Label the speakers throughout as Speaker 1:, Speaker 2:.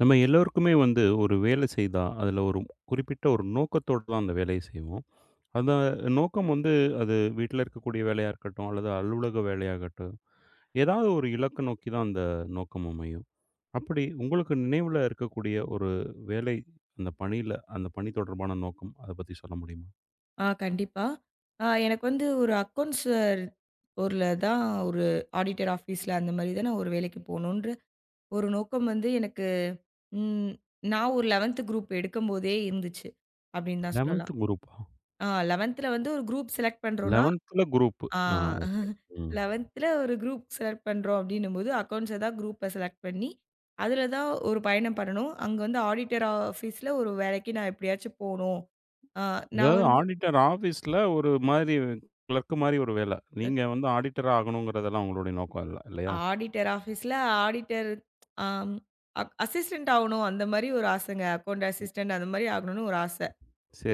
Speaker 1: நம்ம எல்லோருக்குமே வந்து ஒரு வேலை செய்தா, அதில ஒரு குறிப்பிட்ட ஒரு நோக்கத்தோட தான் அந்த வேலைய செய்வோம். அந்த நோக்கம் வந்து அது வீட்ல இருக்கக்கூடிய வேலையா இருக்கட்டும், அல்லது அலுவலக வேலையாகட்டும், ஏதாவது ஒரு இலக்க நோக்கி தான் அந்த நோக்கம் அமையும். அப்படி உங்களுக்கு நினைவுல இருக்கக்கூடிய ஒரு வேலை, அந்த பணியில அந்த பணி தொடர்பான நோக்கம், அத பத்தி சொல்ல முடியுமா?
Speaker 2: கண்டிப்பா. எனக்கு வந்து ஒரு அக்கவுண்ட்ஸ் ஒருல தான் ஒரு ஆடிட்டர் ஆஃபீஸ்ல அந்த மாரி தான் நான் ஒரு வேலைக்கு போணுன்ற ஒரு நோக்கம் வந்து எனக்கு ம் நான் ஒரு 11த் குரூப் எடுக்கும்போதே இருந்துச்சு, அப்படின்னு தான் சொல்லலாம்.
Speaker 1: 11த் குரூப்பா?
Speaker 2: 11த்ல வந்து ஒரு குரூப் செலக்ட் பண்றோம்னா,
Speaker 1: 11த்துல குரூப்.
Speaker 2: ஆ
Speaker 1: ஆ ஓகே. ம்.
Speaker 2: 11த்ல ஒரு குரூப் செலக்ட் பண்றோம் அப்படின்னும்போது, அக்கவுண்ட்ஸ தான் குரூப்ப செலக்ட் பண்ணி, அதுல தான் ஒரு பயணம் பண்ணணும். அங்க வந்து ஆடிட்டர் ஆஃபீஸ்ல ஒரு வேலைக்கு நான் எப்படியாச்சும் போணும். ஆ நான்
Speaker 1: அதாவது
Speaker 2: வந்து
Speaker 1: ஆடிட்டர் ஆஃபீஸ்ல ஒரு மாரி கிளர்க் மாரி ஒரு வேல. நீங்க வந்து ஆடிட்டர் ஆகணுங்கிறதெல்லாம் உங்களுடைய நோக்கம் இல்ல, இல்லையா?
Speaker 2: ஆடிட்டர் ஆஃபீஸ்ல ஆடிட்டர் ஆம் அக் அசிஸ்டன்ட் ஆவணும். அந்த மாரி ஒரு ஆசைங்க. அக்கவுண்ட் அசிஸ்டன்ட் அந்த மாரி ஆகணும்னு ஒரு ஆசை.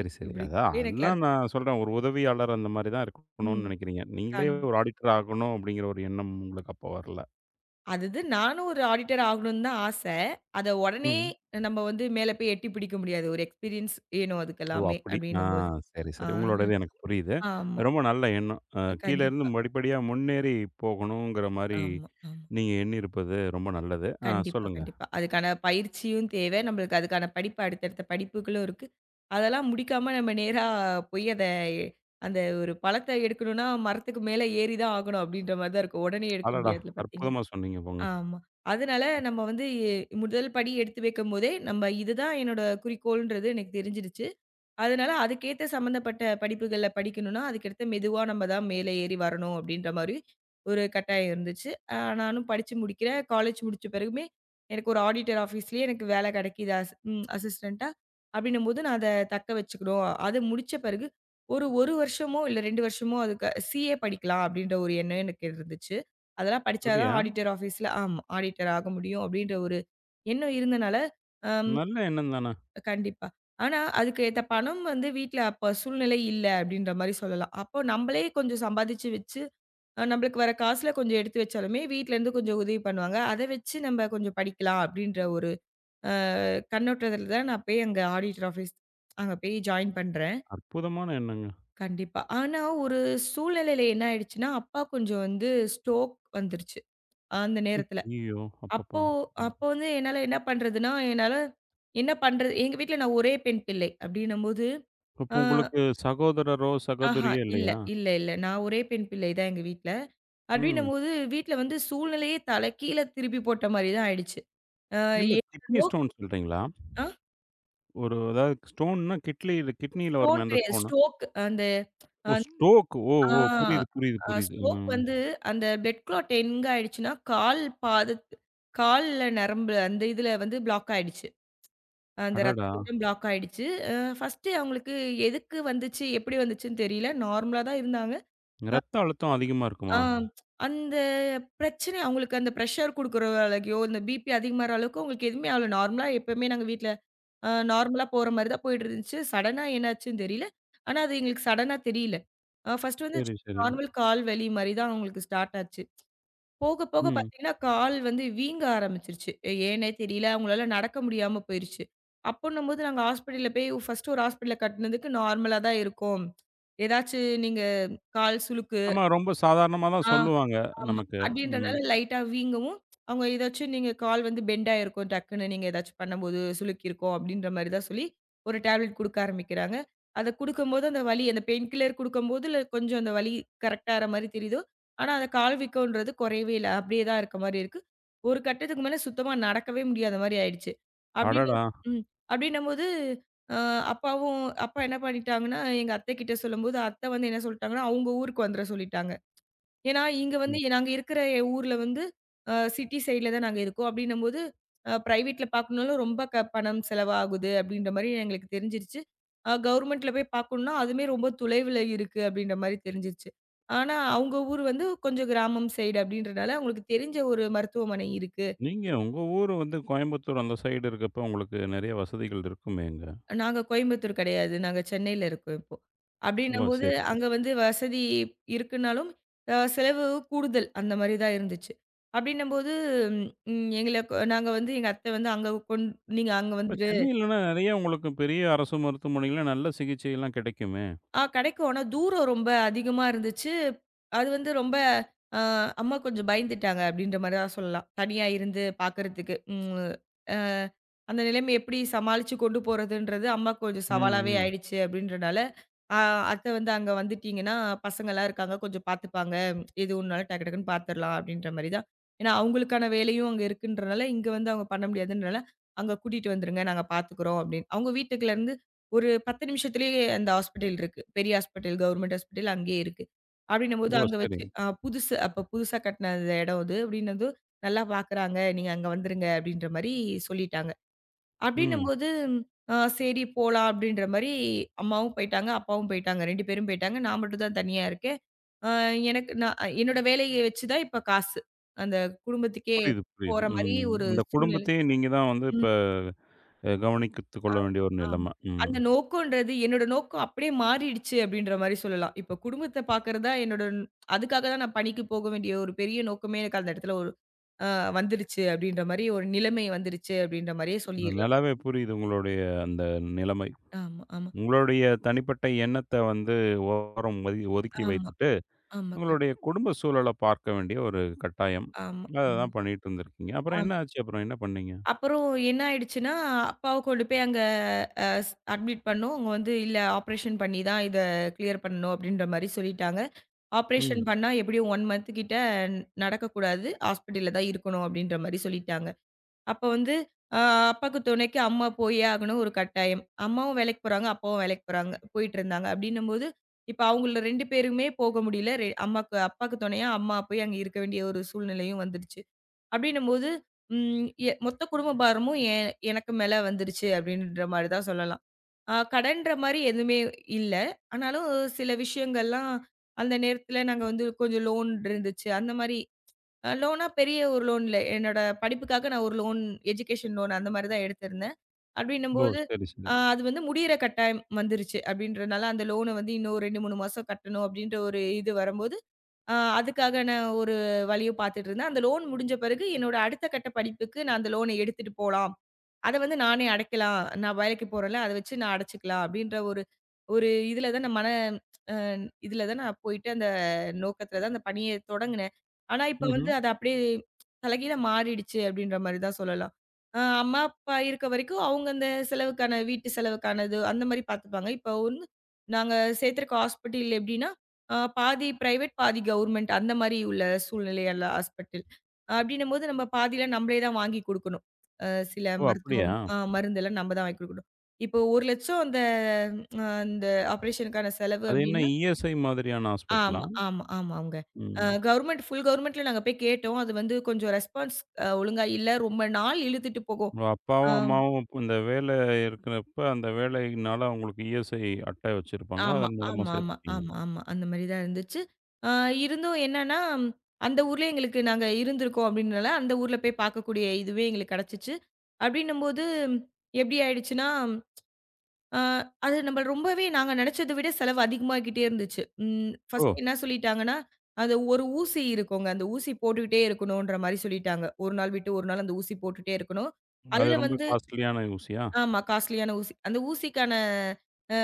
Speaker 2: இ
Speaker 1: சரி.
Speaker 2: இப்படி
Speaker 1: அதான்
Speaker 2: எனக்கு
Speaker 1: அதுதான்
Speaker 2: கிளர்க்
Speaker 1: நான் சொல்றேன். ஒரு உதவியாளர் அந்த மாரி தான் இருக்கணும்னு
Speaker 2: ம்.
Speaker 1: நெனைக்கிறீங்க. நீங்களே
Speaker 2: கண்
Speaker 1: ஒரு ஆடிட்டர் ஆகணும் அப்படிங்கிற ஒரு எண்ணம் உங்களுக்கு அப்ப வரல.
Speaker 2: அது இது நானும் ஒரு ஆடிட்டர் ஆகணும்னு தான் ஆசை. அத உடனே
Speaker 1: ம்.
Speaker 2: நம்ம வந்து மேல போய் எட்டி பிடிக்க முடியாது. ஒரு எக்ஸ்பீரியன்ஸ் வேணும்
Speaker 1: ஓ!
Speaker 2: அதுக்கெல்லாமே
Speaker 1: அப்படி. ஆ
Speaker 2: அப்படின்னும்போது.
Speaker 1: சரி, சரி.
Speaker 2: ஆமா.
Speaker 1: உங்களோடது எனக்கு புரியுது.
Speaker 2: ஆமா
Speaker 1: ரொம்ப நல்ல எண்ணம். கீழ இருந்து
Speaker 2: கண்டிப்பா.
Speaker 1: படிப்படியா முன்னேறி போகணுங்கிற மாரி
Speaker 2: ஆமா, ஆமா.
Speaker 1: நீங்க எண்ணியிருப்பது ரொம்ப நல்லது. ஆ
Speaker 2: கண்டிப்பா,
Speaker 1: சொல்லுங்க.
Speaker 2: கண்டிப்பா. அதுக்கான பயிற்சியும் தேவை. நம்மளுக்கு அதுக்கான படிப்பு அடுத்தடுத்த படிப்புகளும் இருக்கு. அதெல்லாம் முடிக்காம நம்ம நேரா போய் அந்த ஒரு பழத்த எடுக்கணும்னா, மரத்துக்கு மேல ஏறி தான் ஆகணும் அப்படின்ற மாரி தான் இருக்கும். உடனே எடுக்க
Speaker 1: அடடா!
Speaker 2: முடியாதுல பார்த்தீங்களா?
Speaker 1: அற்புதமா சொன்னீங்க போங்க.
Speaker 2: ஆமா. அதனால நம்ம வந்து முதல் படி எடுத்து வைக்கும்போதே, நம்ம இதுதான் என்னோட குறிக்கோள்ன்றது எனக்கு தெரிஞ்சிடுச்சு. அதனால அதுக்கேத்த சம்மந்தப்பட்ட படிப்புகள்ல படிக்கணும்னா, அதுக்கடுத்து மெதுவா நம்ம தான் மேலே ஏறி வரணும் அப்டின்ற மாரி ஒரு கட்டாயம் இருந்துச்சு. நானும் படிச்சு முடிக்கிறேன். காலேஜ் முடிச்ச பிறகுமே ஒரு ஆடிட்டர் ஆஃபீஸ்லயே எனக்கு வேல கெடைக்குது அஸ் ம் அசிஸ்டன்ட்டா. அப்டின்னும்போது நான் அத தக்க வச்சுக்கணும். அது முடிச்ச பிறகு ஒரு 1 வருஷமோ இல்ல 2 வருஷமோ அதுக்கு சிஏ படிக்கலாம் அப்டின்ற ஒரு எண்ணம் எனக்கு இருந்துச்சு. அதெல்லாம் படிச்சா தான்
Speaker 1: அப்படியா?
Speaker 2: ஆடிட்டர் ஆஃபீஸ்ல ஆமா ஆடிட்டர் ஆக முடியும் அப்டின்ற ஒரு எண்ணம் இருந்தனால, அம்
Speaker 1: நல்ல எண்ணம் தான.
Speaker 2: கண்டிப்பா. ஆனா, அதுக்கு ஏத்த பணம் வந்து வீட்ல அப்ப சூழ்நிலை இல்ல அப்டின்ற மாரி சொல்லலாம். அப்போ நம்பளே கொஞ்சம் சம்பாதிச்சு வச்சு, நம்பளுக்கு வர காசுல கொஞ்சம் எடுத்து வச்சாலுமே, வீட்லருந்து கொஞ்சம் உதவி பண்ணுவாங்க. அத வச்சு நம்ம கொஞ்சம் படிக்கலாம் அப்டின்ற ஒரு அ கண்ணோட்டத்துல தான் நான் போய் அங்க ஆடிட்டர் ஆஃபீஸ் அங்க போய் ஜாயின் பண்றேன்.
Speaker 1: அற்புதமான எண்ணங்க.
Speaker 2: கண்டிப்பா. ஆனா, ஒரு சூழ்நிலையில என்ன ஆயிடுச்சுன்னா, அப்பா கொஞ்சம் வந்து ஸ்ட்ரோக் வந்துருச்சு. அந்த
Speaker 1: ம்.
Speaker 2: நேரத்துல.
Speaker 1: ஐயய்யோ!
Speaker 2: அப்போ
Speaker 1: அப்பப்பா! ம்.
Speaker 2: அப்போ வந்து என்னால என்ன பண்றதுன்னா, என்னால என்ன பண்றது? எங்க வீட்ல நான் ஒரே பெண் பிள்ளை அப்டின்னும்போது,
Speaker 1: அப்போ
Speaker 2: அ
Speaker 1: உங்களுக்கு சகோதரரோ,
Speaker 2: ஆஹா
Speaker 1: சகோதரியோ
Speaker 2: இல்ல,
Speaker 1: இல்லையா?
Speaker 2: இல்ல, இல்ல. நான் ஒரே பெண் பிள்ளை தான் எங்க வீட்ல.
Speaker 1: ம்.
Speaker 2: அப்டின்னும்போது வீட்ல வந்து சூழ்நிலையே தலைகீழ திருப்பி போட்ட மாரி தான் ஆயிடுச்சு. அ
Speaker 1: இல்ல கிட்னி
Speaker 2: என்னவோ
Speaker 1: ஸ்டோன் சொல்றீங்களா?
Speaker 2: அ
Speaker 1: ஒரு அதாவது ஸ்டோன்னா கிட்லி கிட்னில
Speaker 2: ஸ்டோன்
Speaker 1: வருமே அந்த
Speaker 2: கிடையாது.
Speaker 1: ஸ்டோனா?
Speaker 2: ஸ்டோக் அந்த
Speaker 1: ஓ
Speaker 2: அந்
Speaker 1: ஸ்டோக். ஓ!
Speaker 2: ஆ
Speaker 1: ஓ! புரியுது, புரியுது,
Speaker 2: அ
Speaker 1: புரியுது.
Speaker 2: ஸ்டோக்
Speaker 1: ம்.
Speaker 2: வந்து அந்த பெட் க்ளாட் எங்க ஆயிடுச்சுன்னா, கால்ல நரம்பு அந்த இதுல வந்து பிளாக் ஆயிடுச்சு. அந்த ரத்த
Speaker 1: அடடா!
Speaker 2: ஓட்டம் பிளாக் ஆயிடுச்சு. ஃபர்ஸ்ட்டு அவங்களுக்கு எதுக்கு வந்துச்சு, எப்படி வந்துச்சுன்னு தெரியல. நார்மலா தான் இருந்தாங்க.
Speaker 1: ரத்த அழுத்தம் அதிகமா
Speaker 2: ஆ
Speaker 1: இருக்குமா?
Speaker 2: ம். அந்த பிரச்சனை அவங்களுக்கு அந்த பிரஷர் குடுக்குற அளவுக்கோ, இந்த பிபி அதிகமாற அளவுக்கு அவங்களுக்கு எதுவுமே ஆகல. நார்மலா எப்பவுமே நாங்க வீட்ல நார்மலா போற மாரி தான் போயிட்டு இருந்துச்சு. சடனா என்னாச்சுன்னு தெரியல. ஆனா அது எங்களுக்கு சடனா தெரியல. ஃபர்ஸ்ட்டு வந்து
Speaker 1: சரி, சரி.
Speaker 2: நார்மல் கால் வலி மாரி தான் அவங்களுக்கு ஸ்டார்ட் ஆச்சு. போக, போக
Speaker 1: ம்.
Speaker 2: பார்த்தீங்கன்னா, கால் வந்து வீங்க ஆரம்பிச்சுருச்சு. ஏன்னே தெரியல. அவங்களால நடக்க முடியாம போயிருச்சு. அப்பன்னும்போது நாங்க ஹாஸ்பிட்டல்ல போய் ஃபர்ஸ்ட்டு ஒரு ஹாஸ்பிட்டல்ல கட்டுனதுக்கு நார்மலா தான் இருக்கும். ஏதாச்சு நீங்க கால் சுளுக்கு
Speaker 1: ஆமா ரொம்ப சாதாரணமா தான்
Speaker 2: ஆ
Speaker 1: சொல்லுவாங்க
Speaker 2: ஆமா.
Speaker 1: நமக்கு. ம்.
Speaker 2: அப்டின்றனால லைட்டா வீங்கவும், அவங்க ஏதாச்சும் நீங்க கால் வந்து பெண்ட் ஆயிருக்கும். டக்குன்னு நீங்க ஏதாச்சும் பண்ணும்போது சுளுக்கிருக்கும் அப்டின்ற மாரி தான் சொல்லி, ஒரு டேப்லெட் குடுக்க ஆரம்பிக்கிறாங்க. அத குடுக்கும்போது அந்த வலி அந்த பெயின் கில்லர் குடுக்கும்போதுல கொஞ்சம் அந்த வலி கரெக்ட்டா ஆற மாரி தெரியுது. ஆனா, அந்த கால் வீக்கம்ன்றது குறையவே இல்ல. அப்டியே தான் இருக்க மாரி இருக்கு. ஒரு கட்டத்துக்கு மேல சுத்தமா நடக்கவே முடியாத மாரி ஆயிடுச்சு. அப்டின்னு
Speaker 1: அடடா!
Speaker 2: ம். அப்டின்னம்போது அ அப்பாவும் அப்பா என்ன பண்ணிட்டாங்கன்னா, எங்க அத்தை கிட்ட சொல்லும்போது, அத்தை வந்து என்ன சொல்ட்டாங்கன்னா, அவங்க ஊருக்கு வந்துர சொல்லிட்டாங்க. ஏன்னா, இங்க வந்து
Speaker 1: ம்.
Speaker 2: நாங்க இருக்கிற ஊர்ல வந்து சிட்டி சைட்ல தான் நாங்க இருக்கோம். அப்டின்னும்போது பிரைவேட்ல பார்க்கணும்னாலும் ரொம்ப க பணம் செலவாகுது அப்டின்ற மாரி எங்களுக்கு தெரிஞ்சிருச்சு. கவர்மெண்ட்ல போய் பார்க்கணும்னா, அதுவுமே ரொம்ப தொலைவுல இருக்கு அப்டின்ற மாரி தெரிஞ்சிருச்சு. ஆனா, அவங்க ஊர் வந்து கொஞ்சம் கிராமம் சைடு அப்டின்றனால அவங்களுக்கு தெரிஞ்ச ஒரு மருத்துவமனை இருக்கு.
Speaker 1: நீங்க உங்க ஊர் வந்து கோயம்புத்தூர் அந்த சைடு இருக்கப்ப உங்களுக்கு நெறைய வசதிகள் இருக்குமேங்க.
Speaker 2: நாங்க கோயம்புத்தூர் கிடையாது. நாங்க சென்னையில இருக்கோம் இப்போ.
Speaker 1: ஓ!
Speaker 2: அப்படின்னும்போது
Speaker 1: சரி, சரி.
Speaker 2: அங்க வந்து வசதி இருக்குனாலும், செலவு கூடுதல் அந்த மாரி தான் இருந்துச்சு. அப்படின்னும்போது ம் எங்கள நாங்க வந்து எங்க அத்தை வந்து அங்க நீங்க அங்க
Speaker 1: இப்ப
Speaker 2: வந்து
Speaker 1: சென்னையிலன்னா நெறைய உங்களுக்கு பெரிய அரசு மருத்துவமனைகள்ல நல்ல சிகிச்சைலாம் கிடைக்குமே!
Speaker 2: ஆ கிடைக்கும். ஆனா தூரம் ரொம்ப அதிகமா இருந்துச்சு. அது வந்து ரொம்ப அ அம்மா கொஞ்சம் பயந்துட்டாங்க அப்டின்ற மாரி தான் சொல்லலாம். தனியா இருந்து பார்க்கறதுக்கு. ம். அ அந்த நிலைமை எப்டி சமாளிச்சு கொண்டு போறதுன்றது அம்மாக்கு கொஞ்சம்
Speaker 1: ம்,
Speaker 2: சவாலாவே
Speaker 1: ம்.
Speaker 2: ஆயிடுச்சு அப்டின்றனால, அ அத்த வந்து அங்க வந்துட்டீங்கன்னா, பசங்கலாம் இருக்காங்க கொஞ்சம் பார்த்துப்பாங்க. எது ஒண்ணுனாலும் டக்கு டக்குன்னு பார்த்துரலாம் அப்டின்ற மாரி தான். ஏன்னா அவங்களுக்கான வேலையும் அங்க இருக்குன்றனால, இங்க வந்து அவங்க பண்ண முடியாதுன்றனால, அங்க கூட்டிட்டு வந்துருங்க நாங்க பார்த்துக்குறோம் அப்டின்னு. அவங்க வீட்டுக்குலருந்து ஒரு 10 நிமிஷத்திலேயே அந்த ஹாஸ்பிட்டல் இருக்கு. பெரிய ஹாஸ்பிட்டல், கவர்மெண்ட் ஹாஸ்பிட்டல் அங்கேயே இருக்கு. அப்படின்னும்போது சரி.
Speaker 1: ஓ!
Speaker 2: அங்க
Speaker 1: சரி.
Speaker 2: வச்சு அ புதுசு அப்ப புதுசா கட்டின அந்த இடம் அது. அப்படின்னதும் நல்லா பார்க்குறாங்க. நீங்க அங்க வந்துருங்க அப்படின்ற மாரி சொல்லிட்டாங்க.
Speaker 1: ம்.
Speaker 2: அப்படின்னும்போது சரி போலாம் அப்படின்ற மாரி அம்மாவும் போயிட்டாங்க, அப்பாவும் போயிட்டாங்க. 2 பேரும் போயிட்டாங்க. நான் மட்டும் தான் தனியா இருக்கேன். அ எனக்கு நான் என்னோட வேலைய வச்சு தான் இப்ப காசு. அந்த குடும்பத்துக்கே
Speaker 1: புரியுது, புரியுது.
Speaker 2: போற மாரி
Speaker 1: ம்.
Speaker 2: ஒரு
Speaker 1: இந்த
Speaker 2: சூழ்நிலை.
Speaker 1: குடும்பத்தையே நீங்க தான் வந்து இப்ப கவனித்துக் கொள்ள வேண்டிய
Speaker 2: ஆமா,
Speaker 1: ஒரு
Speaker 2: ஆமா.
Speaker 1: நிலைமை. ம்.
Speaker 2: அந்த நோக்கம்ன்றது என்னோட நோக்கம் அப்படியே மாறிடுச்சு அப்படின்ற மாரி சொல்லலாம். இப்ப குடும்பத்த பார்க்கறது தான் என்னோட அதுக்காக தான் நான் பணிக்கு போக வேண்டிய ஒரு பெரிய நோக்கமே எனக்கு அந்த இடத்துல ஒரு அ வந்துருச்சு அப்படின்ற மாரி ஒரு நிலைமை வந்துருச்சு அப்படின்ற மாரியே சொல்லிரலாம்.
Speaker 1: நல்லாவே புரியுது உங்களுடைய அந்த நிலைமை.
Speaker 2: ஆமா, ஆமா,
Speaker 1: உங்களுடைய தனிப்பட்ட எண்ணத்த வந்து ஓரம் ஒதி ஒதுக்கி
Speaker 2: ஆமா,
Speaker 1: வைத்துட்டு,
Speaker 2: ஆமா.
Speaker 1: உங்களுடைய குடும்ப சூழல பார்க்க வேண்டிய ஒரு கட்டாயம்.
Speaker 2: ஆமா, ஆமா.
Speaker 1: அததான் பண்ணிட்டு இருந்திருக்கீங்க. அப்புறம் என்ன ஆச்சு? அப்புறம் என்ன பண்ணீங்க?
Speaker 2: அப்புறம் என்ன ஆயிடுச்சுன்னா, அப்பாவ கொண்டு போய் அங்க அ ஸ் அட்மிட் பண்ணோம். அவங்க வந்து "இல்ல ஆப்ரேஷன் பண்ணி தான் இத கிளியர் பண்ணணும்." அப்படின்ற மாரி சொல்லிட்டாங்க. ஆப்ரேஷன்
Speaker 1: ம்.
Speaker 2: பண்ணா எப்படியும் 1 மந்த் கிட்ட நடக்கக்கூடாது. ஹாஸ்பிட்டல்ல தான் இருக்கணும் அப்படின்ற மாரி சொல்லிட்டாங்க. அப்ப வந்து அ அப்பாக்கு துணைக்கு அம்மா போயே ஆகணும் ஒரு கட்டாயம். அம்மாவும் வேலைக்கு போறாங்க, அப்பாவும் வேலைக்கு போறாங்க போயிட்டுருந்தாங்க. அப்படின்னும்போது, இப்ப அவங்கள 2 பேருமே போக முடியல. அம்மாக்கு அப்பாக்கு துணையா அம்மா போய் அங்க இருக்க வேண்டிய ஒரு சூழ்நிலையும் வந்துடுச்சு. அப்படின்னும்போது, ம் எ மொத்த குடும்ப பாரமும் எனக்கு மேல வந்துருச்சு அப்படின்ற மாரி தான் சொல்லலாம். கடன்ற மாரி எதுவுமே இல்ல. ஆனாலும் சில விஷயங்கள்லாம் அந்த நேரத்துல நாங்க வந்து கொஞ்சம் லோன் இருந்துச்சு. அந்த மாரி லோனா பெரிய ஒரு லோன் இல்ல. என்னோட படிப்புக்காக நான் ஒரு லோன் எஜுகேஷன் லோன் அந்த மாரி தான் எடுத்திருந்தேன்.
Speaker 1: ஓ!
Speaker 2: அப்படின்னும்போது
Speaker 1: சரி, சரி.
Speaker 2: அது வந்து முடியிற கட்டாயம் வந்துருச்சு. அப்படின்றனால அந்த லோன வந்து இன்னும் 2, 3 மாசம் கட்டணும் அப்படின்ற ஒரு இது வரும்போது அதுக்கான ஒரு வழியும் பார்த்துட்டு இருந்தேன். அந்த லோன் முடிஞ்ச பிறகு என்னோட அடுத்த கட்ட படிப்புக்கு நான் அந்த லோன எடுத்துட்டு போலாம். அத வந்து நானே அடைக்கலாம். நான் வேலைக்கு போறேன்ல, அத வச்சு நான் அடைச்சுக்கலாம் அப்டின்ற ஒரு ஒரு இதுல தான் நான் மன அ இதுல தான் நான் போயிட்டு அந்த நோக்கத்துல தான் அந்த பணிய தொடங்குனேன். ஆனா, இப்ப
Speaker 1: ம்ஹ்ம்.
Speaker 2: வந்து அது அப்டியே தலைகீழா மாறிடுச்சு அப்டின்ற மாரி தான் சொல்லலாம். அம்மா, அப்பா இருக்க வரைக்கும் அவங்க அந்த செலவுக்கான வீட்டு செலவுக்கானது அந்த மாரி பார்த்துப்பாங்க. இப்ப ஒண்ணு நாங்க சேர்த்திருக்க ஹாஸ்பிட்டல் எப்டின்னா பாதி பிரைவேட், பாதி கவர்மெண்ட் அந்த மாரி உள்ள சூழ்நிலையல்ல ஹாஸ்பிட்டல். அப்டின்னும்போது நம்ம பாதியில நம்மளே தான் வாங்கி குடுக்கணும். அ சில
Speaker 1: ஓ!
Speaker 2: மருத்துவம்
Speaker 1: அப்படியா?
Speaker 2: மருந்தெல்லாம் நம்ம தான் வாங்கி குடுக்கணும். இப்போ 1,00,000 அந்த இந்த ஆப்பரேஷனுக்கான செலவு
Speaker 1: அது என்ன
Speaker 2: அப்டின்னா
Speaker 1: இஎஸ்ஐ மாதிரியான ஹாஸ்பிட்டலா?
Speaker 2: ஆமா, ஆமா, ஆமாங்க.
Speaker 1: ம்.
Speaker 2: கவர்மெண்ட் ஃபுல் கவர்மெண்ட்ல நாங்க போய் கேட்டோம். அது வந்து கொஞ்சம் ரெஸ்பான்ஸ் ஒழுங்கா இல்ல. ரொம்ப நாள் இழுத்துட்டு போகும்.
Speaker 1: உங்க
Speaker 2: ஆ.
Speaker 1: அப்பாவும், அம்மாவும் இப்ப இந்த வேலை இருக்கிறப்ப, அந்த வேலையினால அவங்களுக்கு இஎஸ்ஐ அட்டை வச்சிருப்பாங்க.
Speaker 2: ஆமா,
Speaker 1: அதன் மூலமா
Speaker 2: ஆமா, ஆமா,
Speaker 1: சேர்த்துட்டீங்க.
Speaker 2: ஆமா, ஆமா. அந்த மாரி தான் இருந்துச்சு. ஆ இருந்தும் என்னன்னா, அந்த ஊர்லயே எங்களுக்கு நாங்க இருந்திருக்கோம் அப்டின்றனால, அந்த ஊர்ல போய் பார்க்கக்கூடிய இதுவே எங்களுக்கு கெடைச்சிச்சு. அப்டின்னும்போது எப்டி ஆயிடுச்சுன்னா, ஆ அது நம்ம ரொம்பவே நாங்க நெனைச்சத விட செலவு அதிகமாகிட்டே இருந்துச்சு.
Speaker 1: ஓ!
Speaker 2: ஃபர்ஸ்ட்டு என்ன சொல்லிட்டாங்கன்னா, அது ஒரு ஊசி இருக்குங்க. அந்த ஊசி போட்டுக்கிட்டே இருக்கணுன்ற மாரி சொல்லிட்டாங்க. 1 நாள் விட்டு 1 நாள் அந்த ஊசி போட்டுட்டே இருக்கணும்.
Speaker 1: அது
Speaker 2: அதுல
Speaker 1: ரொம்ப
Speaker 2: வந்து
Speaker 1: காஸ்ட்லியான ஊசியா?
Speaker 2: ஆமா. காஸ்ட்லியான ஊசி. அந்த ஊசிக்கான அ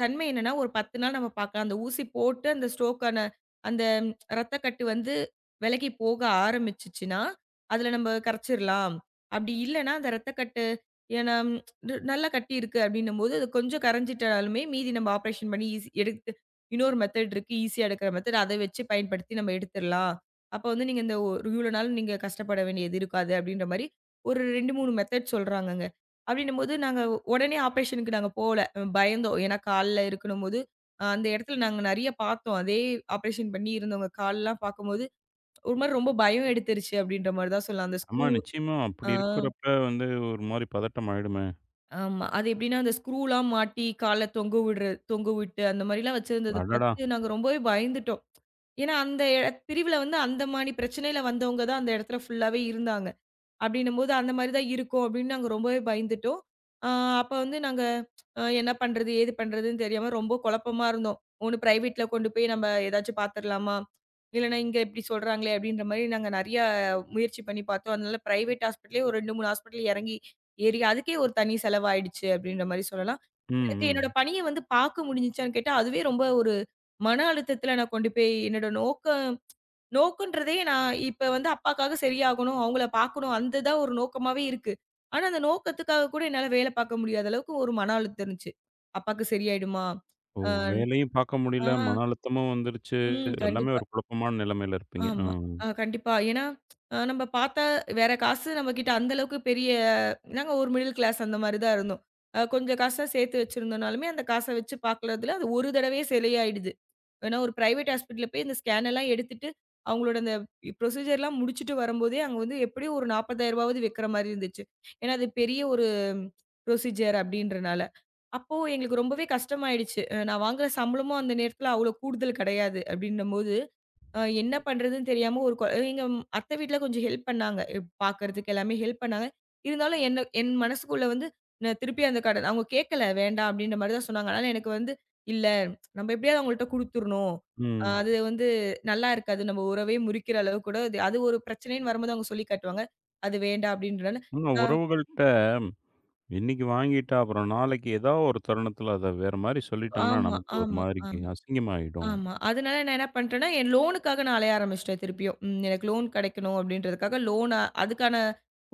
Speaker 2: தன்மை என்னன்னா, ஒரு 10 நாள் நம்ம பார்க்கலாம். அந்த ஊசி போட்டு அந்த ஸ்ட்ரோக்கான அந்த ரத்தக்கட்டு வந்து விலகி போக ஆரம்பிச்சுச்சுன்னா, அதுல நம்ம கரைச்சிரலாம். அப்படி இல்லன்னா, அந்த ரத்தக்கட்டு ஏன்னா நல்லா கட்டி இருக்கு அப்படின்னும்போது, அது கொஞ்சம் கரைஞ்சிட்டாலுமே மீதி நம்ம ஆப்ரேஷன் பண்ணி ஈஸி எடுத்து இன்னொரு மெத்தட் இருக்கு. ஈஸியா எடுக்கிற மெத்தட். அத வச்சு பயன்படுத்தி நம்ம எடுத்துரலாம். அப்ப வந்து நீங்க இந்த ஒரு இவ்வளோ நாள் நீங்க கஷ்டப்பட வேண்டியது இருக்காது அப்படின்ற மாரி ஒரு 2, 3 மெத்தட் சொல்றாங்கங்க. அப்படின்னும்போது நாங்க உடனே ஆப்ரேஷனுக்கு நாங்க போல. பயந்தோம். ஏன்னா கால்ல இருக்கணும்போது, அந்த இடத்துல நாங்க நெறைய பார்த்தோம். அதே ஆப்ரேஷன் பண்ணி இருந்தவங்க கால்லாம் பார்க்கும்போது, ஒரு மாரி ரொம்ப பயம் எடுத்துருச்சு அப்படின்ற மாரி தான் சொல்லலாம். அந்த
Speaker 1: ஆமா,
Speaker 2: ஸ்க்ரூ
Speaker 1: நிச்சயமா.
Speaker 2: ஆ
Speaker 1: அப்படி இருக்கிறப்ப வந்து ஒரு மாரி பதட்டம் ஆயிடுமே!
Speaker 2: ஆமா. அது எப்படின்னா அந்த ஸ்க்ரூலாம் மாட்டி கால்ல தொங்க விட்டு அந்த மாரிலாம் வச்சிருந்தத
Speaker 1: அடடா!
Speaker 2: பார்த்து நாங்க ரொம்பவே பயந்துட்டோம். ஏன்னா அந்த எட பிரிவுல வந்து அந்த மாரி பிரச்சனையில வந்தவங்க தான் அந்த இடத்துல ஃபுல்லாவே இருந்தாங்க. அப்டின்னும்போது அந்த மாரி தான் இருக்கும் அப்டின்னு நாங்க ரொம்பவே பயந்துட்டோம். ஆ அப்ப வந்து நாங்க என்ன பண்றது? ஏது பண்றதுன்னு தெரியாம ரொம்ப குழப்பமா இருந்தோம். ஒண்ணு பிரைவேட்ல கொண்டு போய் நம்ம ஏதாச்சும் பார்த்துரலாமா? இல்லன்னா இங்க இப்டி சொல்றாங்களே அப்டின்ற மாரி நாங்க நெறைய முயற்சி பண்ணி பார்த்தோம். அதனால பிரைவேட் ஹாஸ்பிட்டலே ஒரு 2, 3 ஹாஸ்பிட்டல் எறங்கி ஏறி அதுக்கே ஒரு தனி செலவாயிடுச்சு அப்டின்ற மாரி சொல்லலாம்.
Speaker 1: ம்,
Speaker 2: எனக்கு என்னோட
Speaker 1: ம்.
Speaker 2: பணிய வந்து பார்க்க முடிஞ்சுச்சான்னு கேட்டா, அதுவே ரொம்ப ஒரு மன அழுத்தத்துல நான் கொண்டு போய் என்னோட நோக்கம் நோக்கன்றதே நான் இப்ப வந்து அப்பாக்காக சரியாகணும், அவங்கள பார்க்கணும். அந்த தான் ஒரு நோக்கமாவே இருக்கு. ஆனா, அந்த நோக்கத்துக்காக கூட என்னால வேலை பார்க்க முடியாத அளவுக்கு ஒரு மன அழுத்தம் இருந்துச்சு. அப்பாக்கு சரியாயிடுமா?
Speaker 1: ஓ!
Speaker 2: அ
Speaker 1: வேலையும் பார்க்க
Speaker 2: ஆ
Speaker 1: முடியல, மன அழுத்தமும் வந்துருச்சு.
Speaker 2: ம்
Speaker 1: எல்லாமே
Speaker 2: கண்டிப்பா.
Speaker 1: ஒரு குழப்பமான நிலைமையில இருப்பீங்க. ஆ.
Speaker 2: ஆமா. கண்டிப்பா. ஏன்னா, நம்ம பார்த்தா வேற காசு நம்மகிட்ட அந்த அளவுக்கு பெரிய நாங்க ஒரு மிடில் கிளாஸ் அந்த மாரி தான் இருந்தோம். கொஞ்சம் காசா சேர்த்து வச்சிருந்தோம்னாலுமே, அந்த காச வச்சு பார்க்கறதுல அது ஒரு தடவையே சரியாயிடுது. ஏன்னா ஒரு பிரைவேட் ஹாஸ்பிட்டல்ல போய் இந்த ஸ்கேன் எல்லாம் எடுத்துட்டு, அவங்களோட அந்த ப்ரொசீஜர்லாம் முடிச்சுட்டு வரும்போதே, அங்க வந்து எப்படியும் ஒரு 40,000 வைக்கிற மாரி இருந்துச்சு. ஏன்னா, அது பெரிய ஒரு ப்ரொசீஜர் அப்படின்றனால. அப்போ எங்களுக்கு ரொம்பவே கஷ்டமாயிடுச்சு. நான் வாங்குற சம்பளமும் அந்த நேரத்துல அவ்வளோ கூடுதல் கிடையாது. அப்படின்னும்போது அ என்ன பண்றதுன்னு தெரியாம ஒரு கொ எங்க அத்தை வீட்ல கொஞ்சம் ஹெல்ப் பண்ணாங்க. இப் பாக்குறதுக்கு எல்லாமே ஹெல்ப் பண்ணாங்க. இருந்தாலும் என்ன என் மனசுக்குள்ள வந்து நான் திருப்பி அந்த கடன் அவங்க கேட்கல வேண்டாம் அப்படின்ற மாரி தான் சொன்னாங்க. அதனால எனக்கு வந்து இல்ல நம்ம எப்படியாவது அவங்கள்ட்ட குடுத்துரணும்.
Speaker 1: ம்.
Speaker 2: அது வந்து நல்லா இருக்காது. நம்ம உறவே முறிக்கிற அளவு கூட அது அது ஒரு பிரச்சனைன்னு வரும்போது அவங்க சொல்லி காட்டுவாங்க. அது வேண்டாம் அப்படின்றனால.
Speaker 1: ஆனா
Speaker 2: அ
Speaker 1: உறவுகள்ட்ட இன்னைக்கு வாங்கிட்டா, அப்புறம் நாளைக்கு ஏதா ஒரு தருணத்தில அத வேற மாரி சொல்லிட்டாங்கன்னா,
Speaker 2: ஆமா,
Speaker 1: நமக்கு ஒரு
Speaker 2: ஆமா.
Speaker 1: மாரி
Speaker 2: ஆ.
Speaker 1: அசிங்கமாயிடும்.
Speaker 2: ஆமா. அதனால நான் என்ன பண்ட்டேன்னா, என் லோனுக்காக நான் அலைய ஆரம்பிச்சுட்டேன் திருப்பியும். எனக்கு லோன் கிடைக்கணும் அப்படின்றதுக்காக லோன் அதுக்கான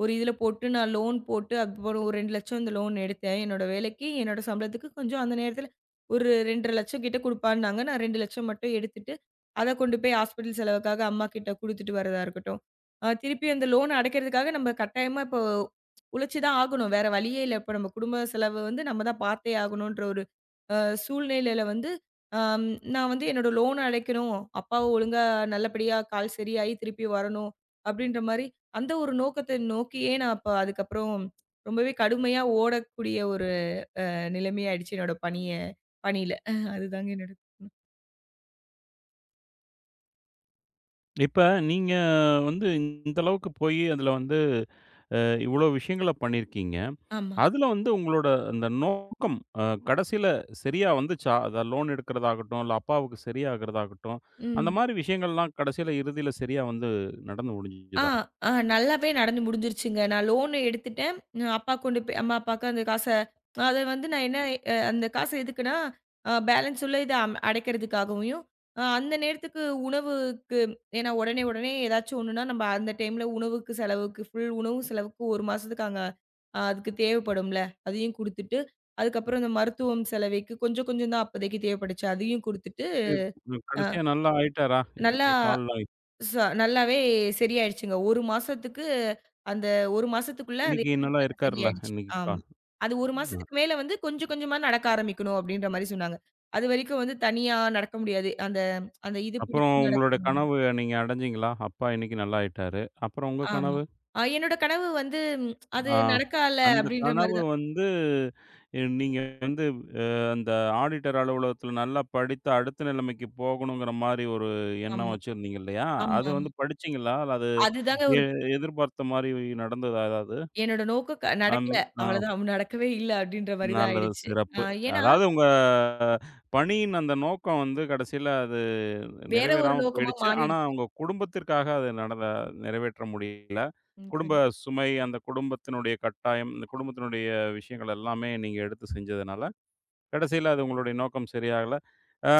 Speaker 2: ஒரு இதுல போட்டு நான் லோன் போட்டு அதுக்கப்புறம் ஒரு 2,00,000 இந்த லோன் எடுத்தேன். என்னோட வேலைக்கு, என்னோட சம்பளத்துக்கு கொஞ்சம் அந்த நேரத்துல ஒரு 2,50,000 கிட்ட குடுப்பான்னாங்க. நான் 2,00,000 மட்டும் எடுத்துட்டு, அத கொண்டு போய் ஹாஸ்பிட்டல் செலவுக்காக அம்மாகிட்ட குடுத்துட்டு வரதா இருக்கட்டும். திருப்பி அந்த லோன் அடைக்கிறதுக்காக நம்ம கட்டாயமா இப்போ உழைச்சு தான் ஆகணும். வேற வழியே இல்ல. இப்ப நம்ம குடும்ப செலவு வந்து நம்ம தான் பார்த்தே ஆகணுன்ற ஒரு அ சூழ்நிலையில வந்து அம் நான் வந்து என்னோட லோன் அடைக்கணும். அப்பாவ ஒழுங்கா நல்லபடியா கால் சரியாயி திருப்பி வரணும். அப்டின்ற மாரி அந்த ஒரு நோக்கத்த நோக்கியே நான் அப்ப அதுக்கப்புறம் ரொம்பவே கடுமையா ஓடக்கூடிய ஒரு நிலைமை ஆயிடுச்சு என்னோட பணிய பணியில. அதுதாங்க என்னோட
Speaker 1: இப்ப நீங்க வந்து இந்த அளவுக்கு போயி அதுல வந்து இவ்வளோ விஷயங்கள பண்ணியிருக்கீங்க.
Speaker 2: ஆமா.
Speaker 1: அதுல வந்து உங்களோட அந்த நோக்கம் கடைசியில சரியா வந்துச்சா? அத லோன் எடுக்கிறதாகட்டும், இல்ல அப்பாவுக்கு சரியாகிறதாகட்டும், அந்த
Speaker 2: ம்.
Speaker 1: மாரி விஷயங்கள்லாம் கடைசியில இறுதியில சரியா வந்து நடந்து
Speaker 2: ஆ,
Speaker 1: முடிஞ்சுதா?
Speaker 2: ஆ நல்லாவே நடந்து முடிஞ்சிருச்சுங்க. நான் லோன் எடுத்துட்டேன். நான் அப்பா கொண்டு போய் அம்மா, அப்பாவுக்கு அந்த காச அத வந்து நான் என்ன அந்த காச எதுக்குன்னா, பேலன்ஸ் உள்ள இத அடைக்கிறதுக்காகவும், அந்த நேரத்துக்கு உணவுக்கு ஏன்னா உடனே, உடனே ஏதாச்சும் ஒண்ணுன்னா, நம்ம அந்த டைம்ல உணவுக்கு செலவுக்கு ஃபுல் உணவு செலவுக்கு 1 மாசத்துக்கு அங்க அதுக்கு தேவைப்படும்ல. அதையும் குடுத்துட்டு, அதுக்கப்புறம் இந்த மருத்துவம் செலவைக்கு கொஞ்சம், கொஞ்சம் தான் அப்போதைக்கு தேவைப்பட்டுச்சு. அதையும் குடுத்துட்டு,
Speaker 1: இது
Speaker 2: அ
Speaker 1: கடைசியா நல்லா ஆயிட்டாரா?
Speaker 2: நல்லா
Speaker 1: கால்ல
Speaker 2: ச நல்லாவே சரியாயிடுச்சுங்க. 1 மாசத்துக்கு அந்த 1 மாசத்துக்குள்ள அது
Speaker 1: இன்னைக்கு நல்லா
Speaker 2: நல்லா
Speaker 1: இருக்காருல்ல?
Speaker 2: சரியாயிடுச்சு.
Speaker 1: இன்னைக்கு கா
Speaker 2: ஆமா. அது 1 மாசத்துக்கு மேல வந்து கொஞ்சம் கொஞ்சமா நடக்க ஆரம்பிக்கணும் அப்டின்ற மாரி சொன்னாங்க. அதுவரைக்கும் வந்து தனியா நடக்க முடியாது. அந்த அந்த இது
Speaker 1: அப்புறம்
Speaker 2: பிடிச்சு
Speaker 1: உங்களோட
Speaker 2: நடக்கணும்.
Speaker 1: கனவு நீங்க அடைஞ்சீங்களா? அப்பா இன்னைக்கு நல்லாயிட்டாரு. அப்புறம் உங்க
Speaker 2: ஆமா.
Speaker 1: கனவு?
Speaker 2: என்னோட கனவு வந்து ம் அது
Speaker 1: ஆ.
Speaker 2: நடக்கல
Speaker 1: அந்த
Speaker 2: அப்டின்ற மாரி
Speaker 1: கனவு
Speaker 2: தான்.
Speaker 1: வந்து நீங்க வந்து அ அந்த ஆடிட்டர் அலுவலகத்தில நல்லா படித்து அடுத்த நிலைமைக்கு போகணுங்கிற மாரி ஒரு எண்ணம்
Speaker 2: ஆமா,
Speaker 1: வச்சிருந்தீங்க இல்லையா?
Speaker 2: ஆமா,
Speaker 1: அது
Speaker 2: ஆமா.
Speaker 1: வந்து படிச்சீங்களா? அல்ல அது
Speaker 2: அதுதாங்க
Speaker 1: எ
Speaker 2: ஒரு
Speaker 1: எதிர்பார்த்த மாரி நடந்ததா ஏதாவது?
Speaker 2: என்னோட நோக்கம் க
Speaker 1: அந்
Speaker 2: நடக்கல.
Speaker 1: ஆ.
Speaker 2: அவ்வளதான் நடக்கவே இல்ல அப்டின்ற மாரி தான்
Speaker 1: நல்லது,
Speaker 2: ஆயிடுச்சு. அ
Speaker 1: சிறப்பு.
Speaker 2: ஏன்னா,
Speaker 1: அதாவது உங்க பணியின் அந்த நோக்கம் வந்து கடைசில அது
Speaker 2: வேற ஒரு
Speaker 1: நிறைவேறாம
Speaker 2: நோக்கமா
Speaker 1: போயிடுச்சு. ஆனா,
Speaker 2: மாறிடுச்சு.
Speaker 1: உங்க குடும்பத்திற்காக அது நடந்த நிறைவேற்ற முடியல. குடும்ப
Speaker 2: கண்டிப்பா.
Speaker 1: சுமை, அந்த குடும்பத்தினுடைய கட்டாயம், இந்த குடும்பத்தினுடைய விஷயங்கள் எல்லாமே நீங்க எடுத்து செஞ்சதுனால, கடைசில அது உங்களுடைய நோக்கம் சரியாகல. ஆ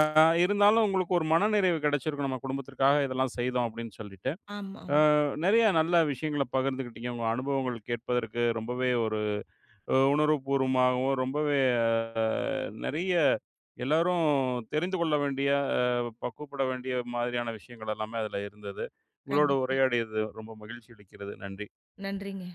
Speaker 1: இருந்தாலும் உங்களுக்கு ஒரு மனநிறைவு கிடைச்சிருக்கும். நம்ம குடும்பத்திற்காக இதெல்லாம் செய்தோம் அப்படின்னு சொல்லிட்டு.
Speaker 2: ஆமா, ஆமா.
Speaker 1: நெறைய நல்ல விஷயங்கள பகிர்ந்துக்கிட்டீங்க. உங்க அனுபவங்கள் கேட்பதற்கு ரொம்பவே ஒரு உணர்வுபூர்வமாகவும், ரொம்பவே அ நெறைய எல்லாரும் தெரிந்து கொள்ள வேண்டிய, அ பக்குவப்பட வேண்டிய மாதிரியான விஷயங்கள் எல்லாமே அதில இருந்தது. உங்களோட
Speaker 2: கண்டிப்பா.
Speaker 1: உரையாடியது ரொம்ப மகிழ்ச்சி அளிக்கிறது. நன்றி.
Speaker 2: நன்றிங்க.